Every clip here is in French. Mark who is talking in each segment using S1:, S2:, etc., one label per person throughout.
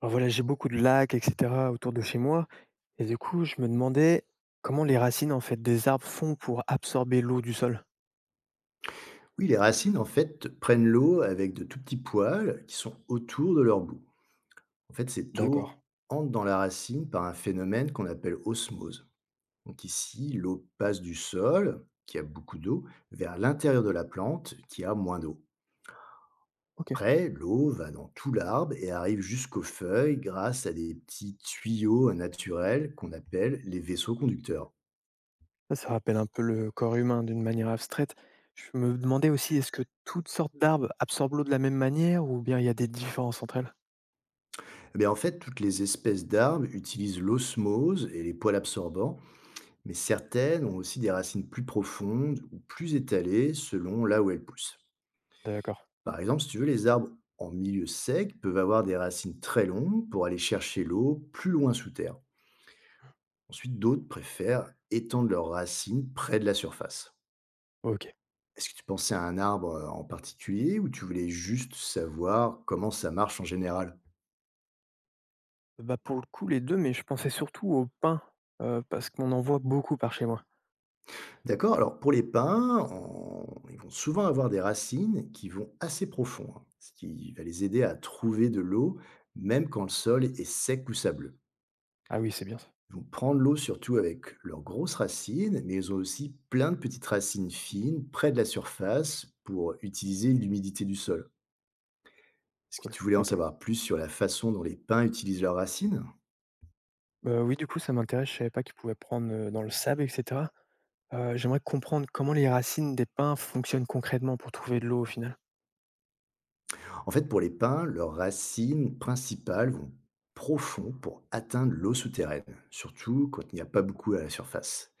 S1: Alors voilà, j'ai beaucoup de lacs, et cetera, autour de chez moi. Et du coup, je me demandais comment les racines en fait des arbres font pour absorber l'eau du sol.
S2: Oui, les racines, en fait, prennent l'eau avec de tout petits poils qui sont autour de leur bout. En fait, cette eau
S1: D'accord.
S2: entre dans la racine par un phénomène qu'on appelle osmose. Donc ici, l'eau passe du sol, qui a beaucoup d'eau, vers l'intérieur de la plante, qui a moins d'eau.
S1: Ok.
S2: Après, l'eau va dans tout l'arbre et arrive jusqu'aux feuilles grâce à des petits tuyaux naturels qu'on appelle les vaisseaux conducteurs.
S1: Ça rappelle un peu le corps humain d'une manière abstraite. Je me demandais aussi, est-ce que toutes sortes d'arbres absorbent l'eau de la même manière ou bien il y a des différences entre elles.
S2: Eh bien, en fait, toutes les espèces d'arbres utilisent l'osmose et les poils absorbants, mais certaines ont aussi des racines plus profondes ou plus étalées selon là où elles poussent.
S1: D'accord.
S2: Par exemple, si tu veux, les arbres en milieu sec peuvent avoir des racines très longues pour aller chercher l'eau plus loin sous terre. Ensuite, d'autres préfèrent étendre leurs racines près de la surface.
S1: Ok.
S2: Est-ce que tu pensais à un arbre en particulier ou tu voulais juste savoir comment ça marche en général?
S1: Bah pour le coup, les deux, mais je pensais surtout au pin, parce qu'on en voit beaucoup par chez moi.
S2: D'accord. Alors pour les pins, ils vont souvent avoir des racines qui vont assez profond, hein, ce qui va les aider à trouver de l'eau, même quand le sol est sec ou sableux.
S1: Ah oui, c'est bien ça.
S2: Ils vont prendre l'eau surtout avec leurs grosses racines, mais ils ont aussi plein de petites racines fines près de la surface pour utiliser l'humidité du sol. Est-ce que
S1: Cool.
S2: tu voulais en
S1: Ok.
S2: savoir plus sur la façon dont les pins utilisent leurs racines?
S1: Oui, du coup, ça m'intéresse, je savais pas qu'ils pouvaient prendre dans le sable, etc. J'aimerais comprendre comment les racines des pins fonctionnent concrètement pour trouver de l'eau au final?
S2: En fait, pour les pins, leurs racines principales vont profond pour atteindre l'eau souterraine, surtout quand il n'y a pas beaucoup à la surface.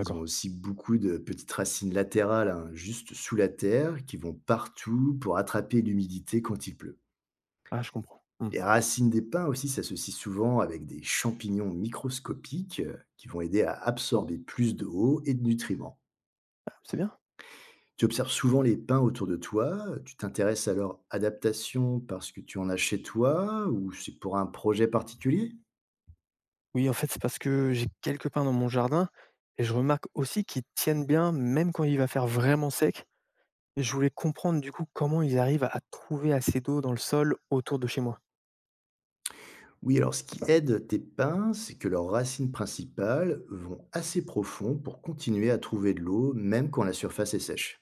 S2: Ils ont aussi beaucoup de petites racines latérales, hein, juste sous la terre, qui vont partout pour attraper l'humidité quand il pleut.
S1: Ah, je comprends. Mmh.
S2: Les racines des pins aussi s'associent souvent avec des champignons microscopiques qui vont aider à absorber plus d'eau et de nutriments.
S1: Ah, c'est bien.
S2: Tu observes souvent les pins autour de toi, tu t'intéresses à leur adaptation parce que tu en as chez toi ou c'est pour un projet particulier?
S1: Oui, en fait, c'est parce que j'ai quelques pins dans mon jardin et je remarque aussi qu'ils tiennent bien même quand il va faire vraiment sec, et je voulais comprendre du coup comment ils arrivent à trouver assez d'eau dans le sol autour de chez moi.
S2: Oui, alors ce qui aide tes pins, c'est que leurs racines principales vont assez profond pour continuer à trouver de l'eau même quand la surface est sèche.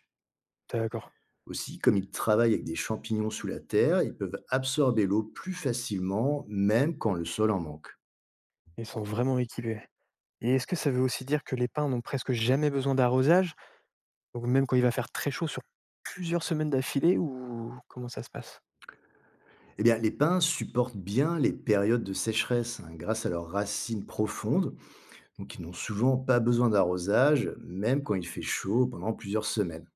S1: D'accord.
S2: Aussi, comme ils travaillent avec des champignons sous la terre, ils peuvent absorber l'eau plus facilement même quand le sol en manque.
S1: Ils sont vraiment équipés. Et est-ce que ça veut aussi dire que les pins n'ont presque jamais besoin d'arrosage? Donc même quand il va faire très chaud sur plusieurs semaines d'affilée, ou comment ça se passe?
S2: Eh bien, les pins supportent bien les périodes de sécheresse, hein, grâce à leurs racines profondes. Donc, ils n'ont souvent pas besoin d'arrosage, même quand il fait chaud pendant plusieurs semaines.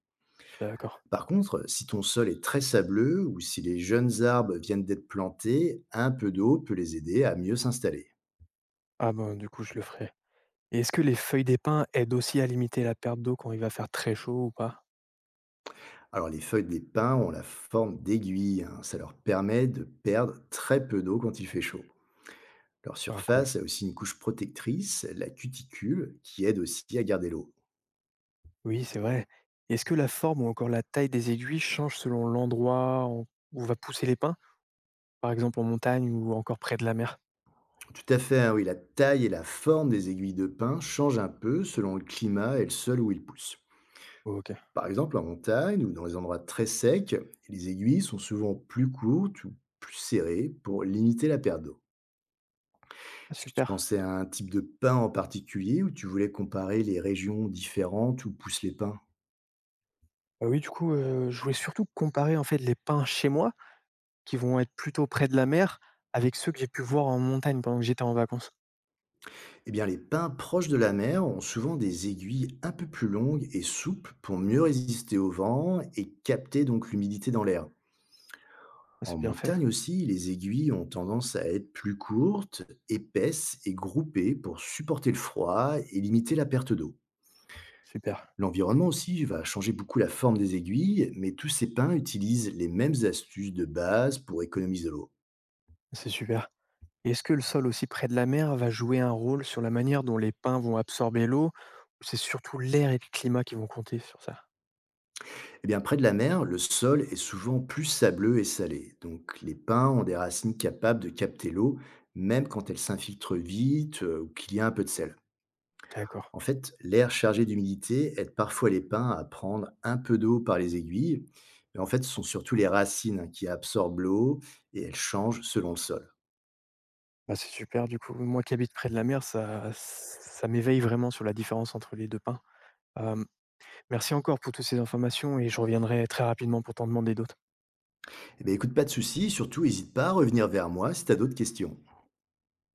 S1: D'accord.
S2: Par contre, si ton sol est très sableux ou si les jeunes arbres viennent d'être plantés, un peu d'eau peut les aider à mieux s'installer.
S1: Ah ben, du coup, je le ferai. Et est-ce que les feuilles d'épins aident aussi à limiter la perte d'eau quand il va faire très chaud ou pas?
S2: Alors, les feuilles des pins ont la forme d'aiguilles, hein. Ça leur permet de perdre très peu d'eau quand il fait chaud. Leur
S1: Ah, cool.
S2: surface a aussi une couche protectrice, la cuticule, qui aide aussi à garder l'eau.
S1: Oui, c'est vrai. Est-ce que la forme ou encore la taille des aiguilles change selon l'endroit où va pousser l'épin, par exemple en montagne ou encore près de la mer?
S2: Tout à fait, hein, oui, la taille et la forme des aiguilles de pin changent un peu selon le climat et le sol où ils poussent.
S1: Ok. Ah,
S2: Par exemple, en montagne ou dans les endroits très secs, les aiguilles sont souvent plus courtes ou plus serrées pour limiter la perte d'eau. Est-ce que tu
S1: super.
S2: pensais à un type de pin en particulier ou tu voulais comparer les régions différentes où poussent les pins?
S1: Bah oui, du coup, je voulais surtout comparer en fait les pins chez moi, qui vont être plutôt près de la mer, avec ceux que j'ai pu voir en montagne pendant que j'étais en vacances.
S2: Eh bien, les pins proches de la mer ont souvent des aiguilles un peu plus longues et souples pour mieux résister au vent et capter donc l'humidité dans l'air.
S1: Ah,
S2: En
S1: c'est bien fait.
S2: montagne aussi, les aiguilles ont tendance à être plus courtes, épaisses et groupées pour supporter le froid et limiter la perte d'eau.
S1: Super.
S2: L'environnement aussi va changer beaucoup la forme des aiguilles, mais tous ces pins utilisent les mêmes astuces de base pour économiser l'eau.
S1: C'est super. Et est-ce que le sol aussi près de la mer va jouer un rôle sur la manière dont les pins vont absorber l'eau, ou c'est surtout l'air et le climat qui vont compter sur ça?
S2: Eh bien, près de la mer, le sol est souvent plus sableux et salé. Donc, les pins ont des racines capables de capter l'eau, même quand elle s'infiltre vite ou qu'il y a un peu de sel.
S1: D'accord.
S2: En fait, l'air chargé d'humidité aide parfois les pins à prendre un peu d'eau par les aiguilles, mais en fait, ce sont surtout les racines, hein, qui absorbent l'eau et elles changent selon le sol.
S1: Bah, c'est super du coup. Moi qui habite près de la mer, ça ça m'éveille vraiment sur la différence entre les 2 pins. Hem, Merci encore pour toutes ces informations et je reviendrai très rapidement pour t'en demander d'autres.
S2: Eh bien, écoute, pas de souci, surtout n'hésite pas à revenir vers moi si tu as d'autres questions.